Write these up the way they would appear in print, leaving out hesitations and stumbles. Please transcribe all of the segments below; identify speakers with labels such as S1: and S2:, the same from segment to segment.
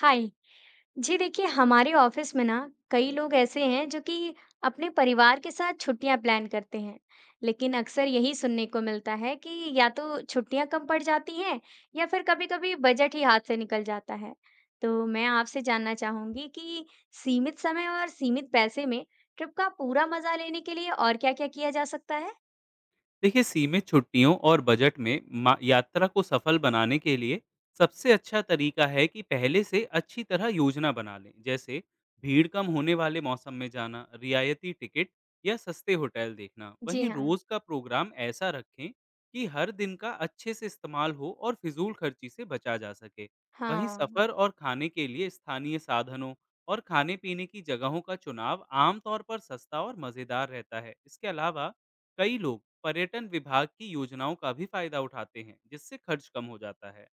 S1: हाय जी। देखिए हमारे ऑफिस में ना कई लोग ऐसे हैं जो कि अपने परिवार के साथ छुट्टियां प्लान करते हैं। लेकिन अक्सर यही सुनने को मिलता है कि या तो छुट्टियां कम पड़ जाती हैं, या फिर कभी-कभी बजट ही हाथ से निकल जाता है। तो मैं आपसे जानना चाहूंगी कि सीमित समय और सीमित पैसे में ट्रिप का पूरा मजा लेने के लिए और क्या-क्या किया जा सकता है।
S2: देखिए, सीमित छुट्टियों और बजट में यात्रा को सफल बनाने के लिए सबसे अच्छा तरीका है कि पहले से अच्छी तरह योजना बना लें। जैसे भीड़ कम होने वाले मौसम में जाना, रियायती टिकट या सस्ते होटल देखना।
S1: जी
S2: वहीं
S1: हाँ।
S2: रोज का प्रोग्राम ऐसा रखें कि हर दिन का अच्छे से इस्तेमाल हो और फिजूल खर्ची से बचा जा सके। वहीं
S1: हाँ।
S2: सफर और खाने के लिए स्थानीय साधनों और खाने पीने की जगहों का चुनाव आमतौर पर सस्ता और मज़ेदार रहता है। इसके अलावा कई लोग पर्यटन विभाग की योजनाओं का भी फायदा उठाते हैं, जिससे खर्च कम हो जाता है।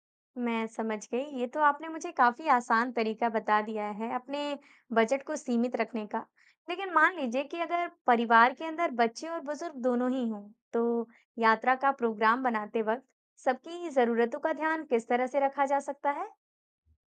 S1: मैं समझ गई। ये तो आपने मुझे काफ़ी आसान तरीका बता दिया है अपने बजट को सीमित रखने का। लेकिन मान लीजिए कि अगर परिवार के अंदर बच्चे और बुजुर्ग दोनों ही हों, तो यात्रा का प्रोग्राम बनाते वक्त सबकी ज़रूरतों का ध्यान किस तरह से रखा जा सकता है?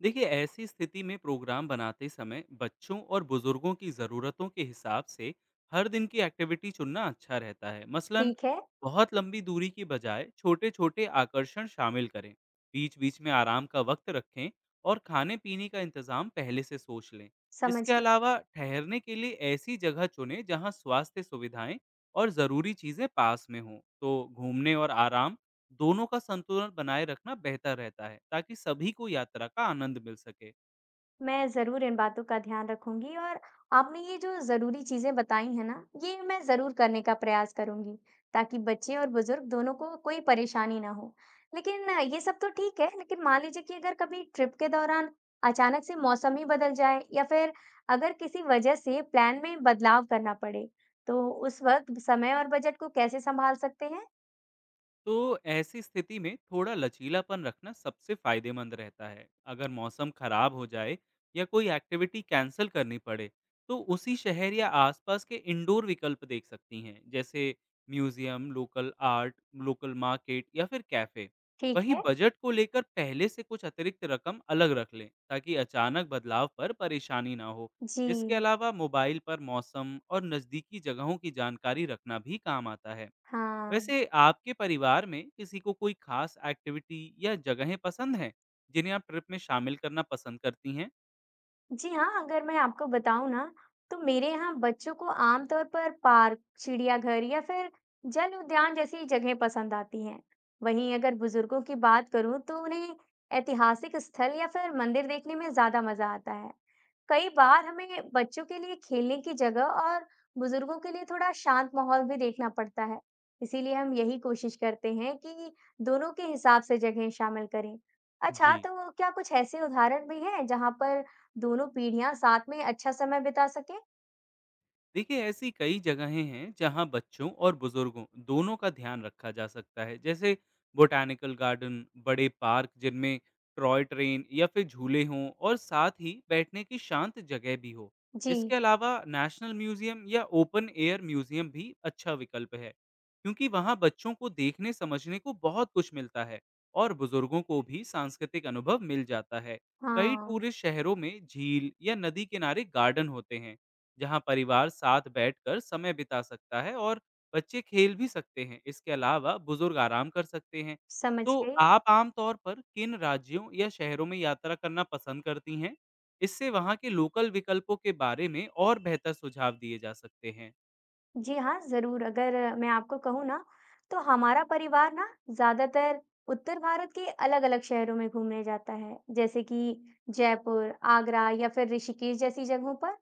S2: देखिए, ऐसी स्थिति में प्रोग्राम बनाते समय बच्चों और बुजुर्गों की ज़रूरतों के हिसाब से हर दिन की एक्टिविटी चुनना अच्छा रहता है। मसलन
S1: ठीक है,
S2: बहुत लंबी दूरी की बजाय छोटे छोटे आकर्षण शामिल करें, बीच बीच में आराम का वक्त रखें और खाने पीने का इंतज़ाम पहले से सोच लें।
S1: समझ
S2: इसके
S1: गई।
S2: अलावा ठहरने के लिए ऐसी जगह चुनें जहां स्वास्थ्य सुविधाएं और ज़रूरी चीज़ें पास में हों। तो घूमने और आराम दोनों का संतुलन बनाए रखना बेहतर रहता है ताकि सभी को यात्रा का आनंद मिल सके।
S1: मैं ज़रूर इन बातों का ध्यान रखूंगी, और आपने ये जो ज़रूरी चीज़ें बताई हैं ना, ये मैं ज़रूर करने का प्रयास करूंगी, ताकि बच्चे और बुजुर्ग दोनों को कोई परेशानी ना हो। लेकिन ये सब तो ठीक है, लेकिन मान लीजिए कि अगर कभी ट्रिप के दौरान अचानक से मौसम ही बदल जाए, या फिर अगर किसी वजह से प्लान में बदलाव करना पड़े, तो उस वक्त समय और बजट को कैसे संभाल सकते हैं?
S2: तो ऐसी स्थिति में थोड़ा लचीलापन रखना सबसे फायदेमंद रहता है। अगर मौसम खराब हो जाए या कोई एक्टिविटी कैंसिल करनी पड़े, तो उसी शहर या आसपास के इंडोर विकल्प देख सकती हैं। जैसे museum, local art, local market या फिर कैफे।
S1: ठीक
S2: वहीं
S1: है।
S2: बजट को लेकर पहले से कुछ अतिरिक्त रकम अलग रख लें ताकि अचानक बदलाव पर परेशानी ना हो। इसके
S1: जी,
S2: अलावा मोबाइल पर मौसम और नज़दीकी जगहों की जानकारी रखना भी काम आता है।
S1: हाँ।
S2: वैसे आपके परिवार में किसी को कोई खास एक्टिविटी या जगहें पसंद हैं जिन्हें आप ट्रिप में शामिल करना पसंद करती हैं?
S1: जी हाँ, अगर मैं आपको बताऊँ ना, तो मेरे यहाँ बच्चों को आमतौर पर पार्क, चिड़ियाघर या फिर जल उद्यान जैसी जगह पसंद आती हैं। वहीं अगर बुजुर्गों की बात करूँ, तो उन्हें ऐतिहासिक स्थल या फिर मंदिर देखने में ज़्यादा मज़ा आता है। कई बार हमें बच्चों के लिए खेलने की जगह और बुजुर्गों के लिए थोड़ा शांत माहौल भी देखना पड़ता है। इसीलिए हम यही कोशिश करते हैं कि दोनों के हिसाब से जगह शामिल करें। अच्छा,
S2: जी।
S1: तो क्या कुछ ऐसे उदाहरण भी हैं जहाँ पर दोनों पीढ़ियाँ साथ में अच्छा समय बिता सकें।
S2: देखिए, ऐसी कई जगहें हैं जहां बच्चों और बुजुर्गों दोनों का ध्यान रखा जा सकता है। जैसे बोटैनिकल गार्डन, बड़े पार्क जिनमें टॉय ट्रेन या फिर झूले हों और साथ ही बैठने की शांत जगह भी हो। इसके
S1: जी,
S2: अलावा नेशनल म्यूजियम या ओपन एयर म्यूजियम भी अच्छा विकल्प है, क्योंकि वहां बच्चों को देखने समझने को बहुत कुछ मिलता है और बुजुर्गों को भी सांस्कृतिक अनुभव मिल जाता है। कई
S1: हाँ,
S2: टूरिस्ट शहरों में झील या नदी किनारे गार्डन होते हैं जहाँ परिवार साथ बैठकर समय बिता सकता है और बच्चे खेल भी सकते हैं। इसके अलावा बुजुर्ग आराम कर सकते हैं।
S1: समझ
S2: तो
S1: गई।
S2: आप आमतौर पर किन राज्यों या शहरों में यात्रा करना पसंद करती हैं? इससे वहाँ के लोकल विकल्पों के बारे में और बेहतर सुझाव दिए जा सकते हैं।
S1: जी हाँ, ज़रूर। अगर मैं आपको कहूँ ना, तो हमारा परिवार ना ज़्यादातर उत्तर भारत के अलग-अलग शहरों में घूमने जाता है, जैसे कि जयपुर, आगरा या फिर ऋषिकेश जैसी जगहों पर।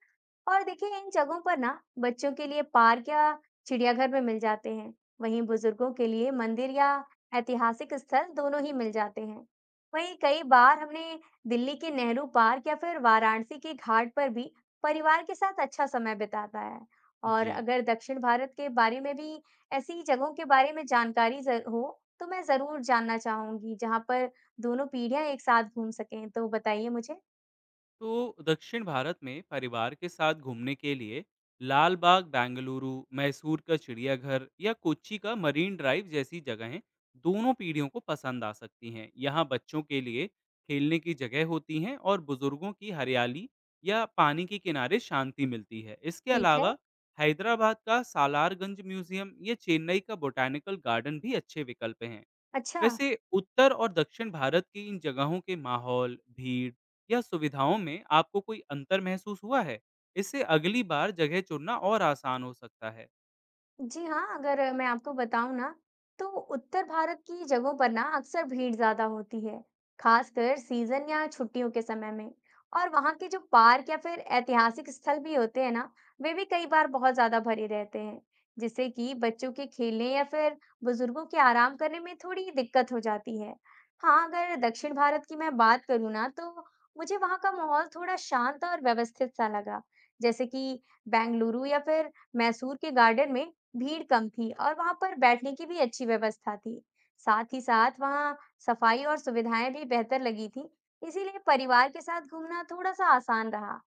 S1: और देखिए इन जगहों पर ना बच्चों के लिए पार्क या चिड़ियाघर में मिल जाते हैं, वहीं बुजुर्गों के लिए मंदिर या ऐतिहासिक स्थल दोनों ही मिल जाते हैं। वहीं कई बार हमने दिल्ली के नेहरू पार्क या फिर वाराणसी के घाट पर भी परिवार के साथ अच्छा समय बिताता है। और
S2: जी।
S1: अगर दक्षिण भारत के बारे में भी ऐसी जगहों के बारे में जानकारी हो, तो मैं जरूर जानना चाहूंगी जहां पर दोनों पीढ़ियां एक साथ घूम सकें। तो बताइए मुझे।
S2: तो दक्षिण भारत में परिवार के साथ घूमने के लिए लाल बाग बेंगलुरु, मैसूर का चिड़ियाघर या कोच्चि का मरीन ड्राइव जैसी जगहें दोनों पीढ़ियों को पसंद आ सकती हैं। यहाँ बच्चों के लिए खेलने की जगह होती हैं और बुजुर्गों की हरियाली या पानी के किनारे शांति मिलती है। इसके
S1: ठीक है।
S2: अलावा हैदराबाद का सालारगंज म्यूजियम या चेन्नई का बोटैनिकल गार्डन भी अच्छे विकल्प हैं।
S1: अच्छा।
S2: वैसे उत्तर और दक्षिण भारत की इन जगहों के माहौल, भीड़ या सुविधाओं में आपको कोई अंतर महसूस हुआ है? इससे अगली बार जगह चुनना और आसान हो सकता है।
S1: जी हाँ, अगर मैं आपको बताऊँ ना, तो उत्तर भारत की जगहों पर ना अक्सर भीड़ ज़्यादा होती है, खासकर सीज़न या छुट्टियों के समय में। और वहाँ के जो पार्क या फिर ऐतिहासिक स्थल भी होते हैं ना, वे भी कई बार बहुत ज़्यादा भरे रहते हैं, जिससे कि बच्चों के खेलने या फिर बुजुर्गों के आराम करने में थोड़ी दिक्कत हो जाती है। हाँ, अगर दक्षिण भारत की मैं बात करूँ ना, तो मुझे वहाँ का माहौल थोड़ा शांत और व्यवस्थित सा लगा, जैसे कि बेंगलुरु या फिर मैसूर के गार्डन में भीड़ कम थी, और वहां पर बैठने की भी अच्छी व्यवस्था थी। साथ ही साथ वहां सफाई और सुविधाएं भी बेहतर लगी थी। इसीलिए परिवार के साथ घूमना थोड़ा सा आसान रहा।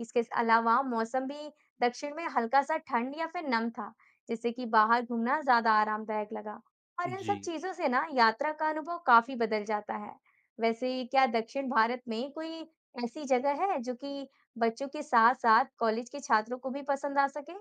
S1: इसके अलावा मौसम भी दक्षिण में हल्का सा ठंड या फिर नम था, जिससे कि बाहर घूमना ज्यादा आरामदायक लगा। और इन
S2: जी।
S1: सब चीजों से ना यात्रा का अनुभव काफी बदल जाता है। वैसे क्या दक्षिण भारत में कोई ऐसी जगह है जो कि बच्चों के साथ साथ कॉलेज के छात्रों को भी पसंद आ सके?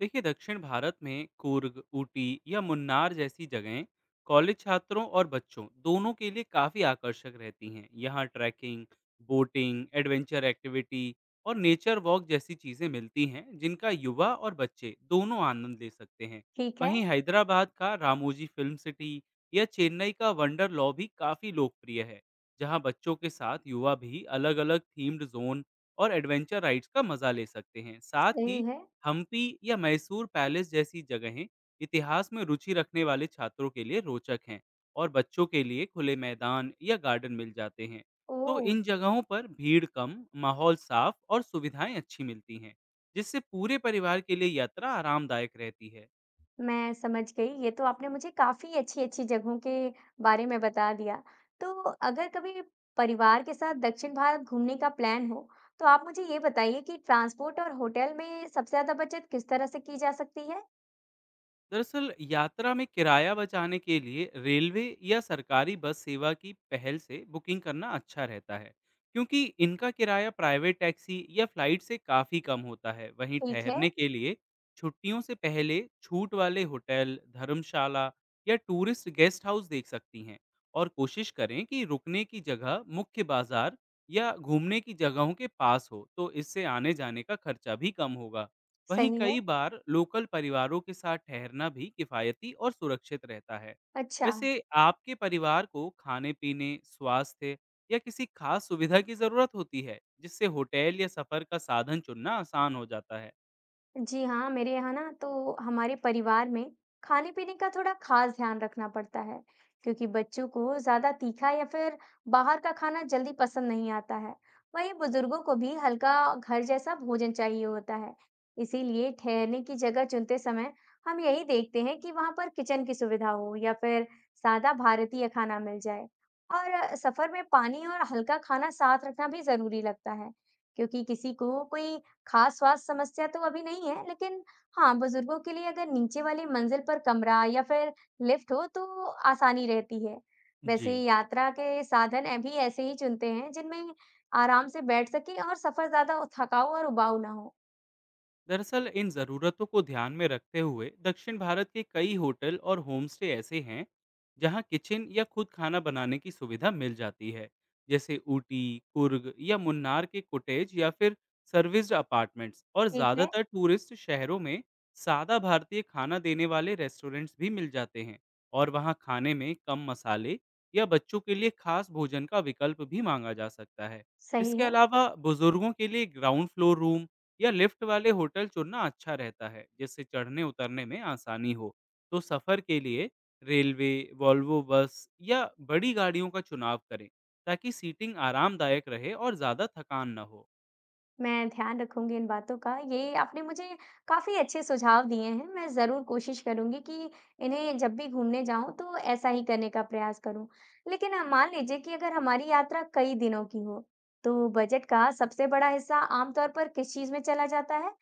S2: देखिए, दक्षिण भारत में कूर्ग, ऊटी या मुन्नार जैसी जगहें कॉलेज छात्रों और बच्चों दोनों के लिए काफ़ी आकर्षक रहती हैं। यहाँ ट्रैकिंग, बोटिंग, एडवेंचर एक्टिविटी और नेचर वॉक जैसी चीज़ें मिलती हैं जिनका युवा और बच्चे दोनों आनंद ले सकते हैं।
S1: ठीक है।
S2: वहीं हैदराबाद का रामोजी फिल्म सिटी या चेन्नई का वंडर लॉ भी काफ़ी लोकप्रिय है, जहाँ बच्चों के साथ युवा भी अलग अलग थीम्ड जोन और एडवेंचर राइड्स का मज़ा ले सकते हैं। साथ ही
S1: सही है।
S2: हम्पी या मैसूर पैलेस जैसी जगहें इतिहास में रुचि रखने वाले छात्रों के लिए रोचक हैं और बच्चों के लिए खुले मैदान या गार्डन मिल जाते हैं। तो
S1: ओह!
S2: इन जगहों पर भीड़ कम, माहौल साफ और सुविधाएं अच्छी मिलती हैं, जिससे पूरे परिवार के लिए यात्रा आरामदायक रहती है।
S1: मैं समझ गई, ये तो आपने मुझे काफ़ी अच्छी-अच्छी जगहों के बारे में बता दिया। तो अगर कभी परिवार के साथ दक्षिण भारत घूमने का प्लान हो, तो आप मुझे ये बताइए कि ट्रांसपोर्ट और होटल में सबसे ज़्यादा बचत किस तरह से की जा सकती है?
S2: दरअसल यात्रा में किराया बचाने के लिए रेलवे या सरकारी बस सेवा की पहल से बुकिंग करना अच्छा रहता है, क्योंकि इनका किराया प्राइवेट टैक्सी या फ्लाइट से काफ़ी कम होता है। वहीं
S1: ठीक है,
S2: ठहरने के लिए छुट्टियों से पहले छूट वाले होटल, धर्मशाला या टूरिस्ट गेस्ट हाउस देख सकती हैं और कोशिश करें कि रुकने की जगह मुख्य बाजार या घूमने की जगहों के पास हो, तो इससे आने जाने का खर्चा भी कम होगा। वहीं
S1: सही है,
S2: कई बार लोकल परिवारों के साथ ठहरना भी किफायती और सुरक्षित रहता है।
S1: अच्छा।
S2: वैसे आपके परिवार को खाने पीने, स्वास्थ्य या किसी खास सुविधा की जरूरत होती है जिससे होटल या सफर का साधन चुनना आसान हो जाता है?
S1: जी हाँ, मेरे यहाँ ना तो हमारे परिवार में खाने पीने का थोड़ा खास ध्यान रखना पड़ता है, क्योंकि बच्चों को ज्यादा तीखा या फिर बाहर का खाना जल्दी पसंद नहीं आता है। वहीं बुजुर्गों को भी हल्का घर जैसा भोजन चाहिए होता है। इसीलिए ठहरने की जगह चुनते समय हम यही देखते हैं कि वहां पर किचन की सुविधा हो या फिर सादा भारतीय खाना मिल जाए। और सफर में पानी और हल्का खाना साथ रखना भी जरूरी लगता है, क्योंकि किसी को कोई खास स्वास्थ्य समस्या तो अभी नहीं है, लेकिन हाँ, बुजुर्गों के लिए अगर नीचे वाली मंजिल पर कमरा या फिर लिफ्ट हो तो आसानी रहती है।
S2: जी।
S1: वैसे यात्रा के साधन अभी ऐसे ही चुनते हैं जिनमें आराम से बैठ सके और सफर ज्यादा थकाऊ और उबाऊ ना हो।
S2: दरअसल इन ज़रूरतों को ध्यान में रखते हुए दक्षिण भारत के कई होटल और होमस्टे ऐसे हैं जहां किचन या खुद खाना बनाने की सुविधा मिल जाती है। जैसे ऊटी, कुर्ग या मुन्नार के कॉटेज या फिर सर्विस्ड अपार्टमेंट्स। और
S1: ठीक है,
S2: ज़्यादातर टूरिस्ट शहरों में सादा भारतीय खाना देने वाले रेस्टोरेंट्स भी मिल जाते हैं और वहाँ खाने में कम मसाले या बच्चों के लिए खास भोजन का विकल्प भी मांगा जा सकता है।
S1: सही
S2: इसके
S1: है।
S2: अलावा बुजुर्गों के लिए ग्राउंड फ्लोर रूम या लिफ्ट वाले होटल चुनना अच्छा रहता है, जिससे चढ़ने उतरने में आसानी हो। तो सफ़र के लिए रेलवे, वॉल्वो बस या बड़ी गाड़ियों का चुनाव करें ताकि सीटिंग आरामदायक रहे और ज़्यादा थकान न हो।
S1: मैं ध्यान रखूंगी इन बातों का। ये आपने मुझे काफ़ी अच्छे सुझाव दिए हैं। मैं ज़रूर कोशिश करूँगी कि इन्हें जब भी घूमने जाऊँ तो ऐसा ही करने का प्रयास करूँ। लेकिन मान लीजिए कि अगर हमारी यात्रा कई दिनों की हो, तो बजट का सबसे बड़ा हिस्सा आम तौर पर किस चीज़ में चला जाता है?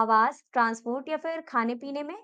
S1: आवास, ट्रांसपोर्ट या फिर खाने-पीने में?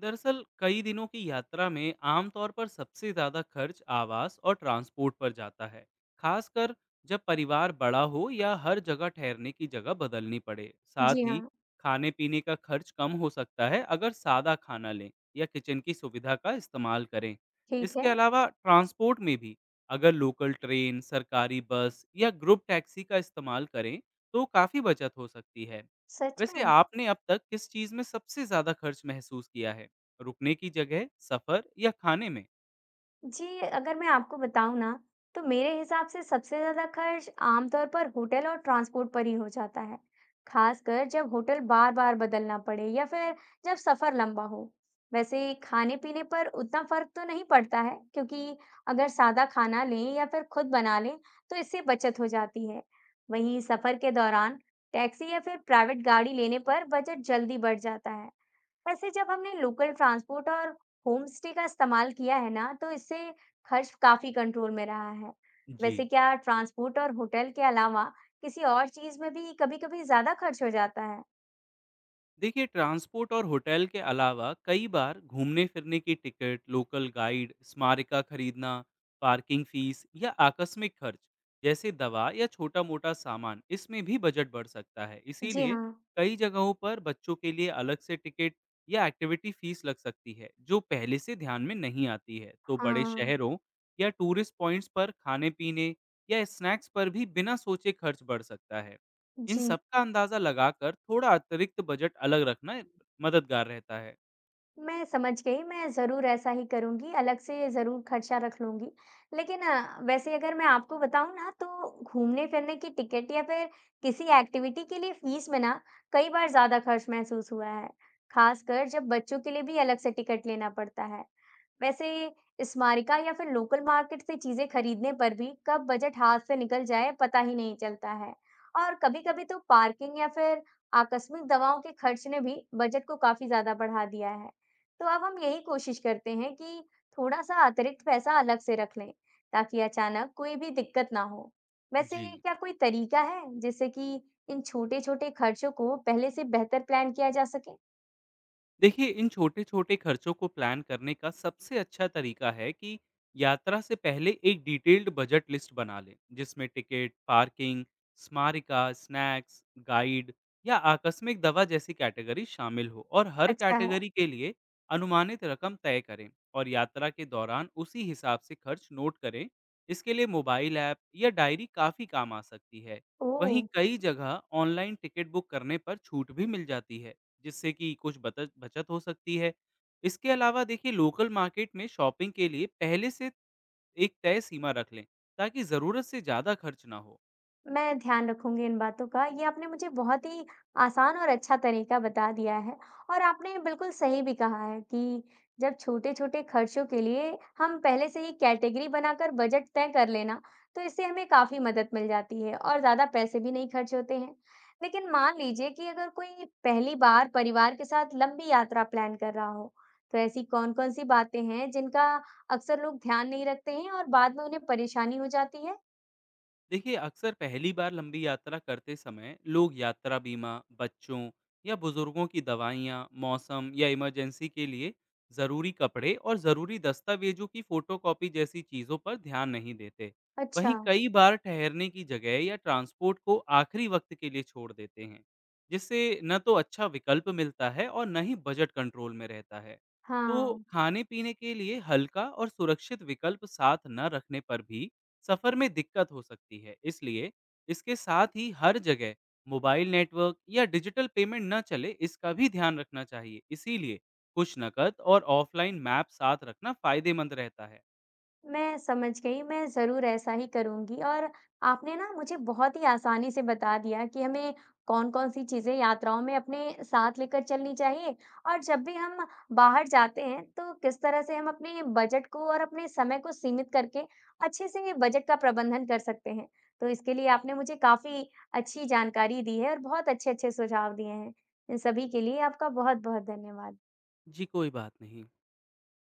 S2: दरअसल कई दिनों की यात्रा में आमतौर पर सबसे ज़्यादा खर्च आवास और ट्रांसपोर्ट पर जाता है, खासकर जब परिवार बड़ा हो या हर जगह ठहरने की जगह बदलनी पड़े। साथ
S1: जी
S2: ही
S1: हाँ,
S2: खाने-पीने का खर्च कम हो सकता है अगर सादा खाना लें या किचन की सुविधा का इस्तेमाल करें।
S1: ठीक है।
S2: इसके अलावा ट्रांसपोर्ट में भी अगर लोकल ट्रेन, सरकारी बस या ग्रुप टैक्सी का इस्तेमाल करें, तो काफ़ी बचत हो सकती है।
S1: सच में?
S2: वैसे आपने अब तक किस चीज़ में सबसे ज़्यादा खर्च महसूस किया है? रुकने की जगह, सफ़र या खाने में?
S1: जी, अगर मैं आपको बताऊँ ना, तो मेरे हिसाब से सबसे ज़्यादा खर्च आमतौर पर होटल और ट्रांसपोर्ट पर ही हो जाता है, खासकर जब होटल बार-बार बदलना पड़े या फिर जब सफ़र लंबा हो। वैसे खाने-पीने पर उतना फ़र्क तो नहीं पड़ता है, क्योंकि अगर सादा खाना लें या फिर खुद बना लें, तो इससे बचत हो जाती है। वहीं सफ़र के दौरान टैक्सी या फिर प्राइवेट गाड़ी लेने पर बजट जल्दी बढ़ जाता है। वैसे जब हमने लोकल ट्रांसपोर्ट और होम स्टे का इस्तेमाल किया है ना, तो इससे खर्च काफी कंट्रोल में रहा है। वैसे
S2: जी,
S1: क्या ट्रांसपोर्ट और होटल के अलावा किसी और चीज में भी कभी-कभी ज्यादा खर्च हो जाता है?
S2: देखिए, ट्रांसपोर्ट और होटल के अलावा कई बार घूमने-फिरने की टिकट, लोकल गाइड, स्मारिका खरीदना, पार्किंग फीस या आकस्मिक खर्च जैसे दवा या छोटा-मोटा सामान, इसमें भी बजट बढ़ सकता है।
S1: जी
S2: इसीलिए
S1: हाँ।
S2: कई जगहों पर बच्चों के लिए अलग से टिकट या एक्टिविटी फीस लग सकती है, जो पहले से ध्यान में नहीं आती है। तो बड़े
S1: हाँ।
S2: शहरों या टूरिस्ट पॉइंट्स पर खाने-पीने या स्नैक्स पर भी बिना सोचे खर्च बढ़ सकता है। इन
S1: जी।
S2: सब का अंदाज़ा लगाकर थोड़ा अतिरिक्त बजट अलग रखना मददगार रहता है।
S1: मैं समझ गई, मैं ज़रूर ऐसा ही करूँगी, अलग से ज़रूर खर्चा रख लूँगी। लेकिन वैसे अगर मैं आपको बताऊँ ना, तो घूमने-फिरने की टिकट या फिर किसी एक्टिविटी के लिए फ़ीस में ना कई बार ज़्यादा खर्च महसूस हुआ है, खासकर जब बच्चों के लिए भी अलग से टिकट लेना पड़ता है। वैसे स्मारिका या फिर लोकल मार्केट से चीज़ें खरीदने पर भी कब बजट हाथ से निकल जाए पता ही नहीं चलता है। और कभी-कभी तो पार्किंग या फिर आकस्मिक दवाओं के खर्च ने भी बजट को काफ़ी ज़्यादा बढ़ा दिया है। तो अब हम यही कोशिश करते हैं कि थोड़ा-सा अतिरिक्त पैसा अलग से रख लें, ताकि अचानक कोई भी दिक्कत ना हो। वैसे
S2: जी।
S1: क्या कोई तरीका है जिससे कि इन छोटे-छोटे खर्चों को पहले से बेहतर प्लान किया जा सके?
S2: देखिए, इन छोटे-छोटे खर्चों को प्लान करने का सबसे अच्छा तरीका है कि यात्रा से पहले एक डिटेल्ड बजट लिस्ट बना लें, जिसमें टिकट, पार्किंग, स्मारिका, स्नैक्स, गाइड या आकस्मिक दवा जैसी कैटेगरी शामिल हो और हर
S1: अच्छा है।
S2: कैटेगरी के लिए अनुमानित रकम तय करें और यात्रा के दौरान उसी हिसाब से खर्च नोट करें। इसके लिए मोबाइल ऐप या डायरी काफ़ी काम आ सकती है।
S1: ओह!
S2: वहीं कई जगह ऑनलाइन टिकट बुक करने पर छूट भी मिल जाती है, जिससे कि कुछ बतत बचत हो सकती है। इसके अलावा देखिए, लोकल मार्केट में शॉपिंग के लिए पहले से एक तय सीमा रख लें, ताकि ज़रूरत से ज़्यादा खर्च ना हो।
S1: मैं ध्यान रखूंगी इन बातों का। ये आपने मुझे बहुत ही आसान और अच्छा तरीका बता दिया है, और आपने बिल्कुल सही भी कहा है कि जब छोटे-छोटे खर्चों के लिए हम पहले से ही कैटेगरी बनाकर बजट तय कर लेना, तो इससे हमें काफ़ी मदद मिल जाती है और ज़्यादा पैसे भी नहीं खर्च होते हैं। लेकिन मान लीजिए कि अगर कोई पहली बार परिवार के साथ लंबी यात्रा प्लान कर रहा हो, तो ऐसी कौन-कौन सी बातें हैं जिनका अक्सर लोग ध्यान नहीं रखते हैं और बाद में उन्हें परेशानी हो जाती है?
S2: देखिए, अक्सर पहली बार लंबी यात्रा करते समय लोग यात्रा बीमा, बच्चों या बुजुर्गों की दवाइयाँ, मौसम या इमरजेंसी के लिए ज़रूरी कपड़े और ज़रूरी दस्तावेजों की फ़ोटोकॉपी जैसी चीज़ों पर ध्यान नहीं देते।
S1: अच्छा,
S2: वहीं कई बार ठहरने की जगह या ट्रांसपोर्ट को आखिरी वक्त के लिए छोड़ देते हैं, जिससे न तो अच्छा विकल्प मिलता है और न ही बजट कंट्रोल में रहता है। तो
S1: हाँ।
S2: खाने पीने के लिए हल्का और सुरक्षित विकल्प साथ न रखने पर भी सफर में दिक्कत हो सकती है। इसलिए इसके साथ ही हर जगह मोबाइल नेटवर्क या डिजिटल पेमेंट न चले, इसका भी ध्यान रखना चाहिए। इसीलिए कुछ नकद और ऑफलाइन मैप साथ रखना फायदेमंद रहता है।
S1: मैं समझ गई, मैं ज़रूर ऐसा ही करूँगी। और आपने ना मुझे बहुत ही आसानी से बता दिया कि हमें कौन-कौन सी चीज़ें यात्राओं में अपने साथ लेकर चलनी चाहिए, और जब भी हम बाहर जाते हैं, तो किस तरह से हम अपने बजट को और अपने समय को सीमित करके अच्छे से ये बजट का प्रबंधन कर सकते हैं। तो इसके लिए आपने मुझे काफ़ी अच्छी जानकारी दी है और बहुत अच्छे-अच्छे सुझाव दिए हैं। इन सभी के लिए आपका बहुत-बहुत धन्यवाद।
S2: जी, कोई बात नहीं।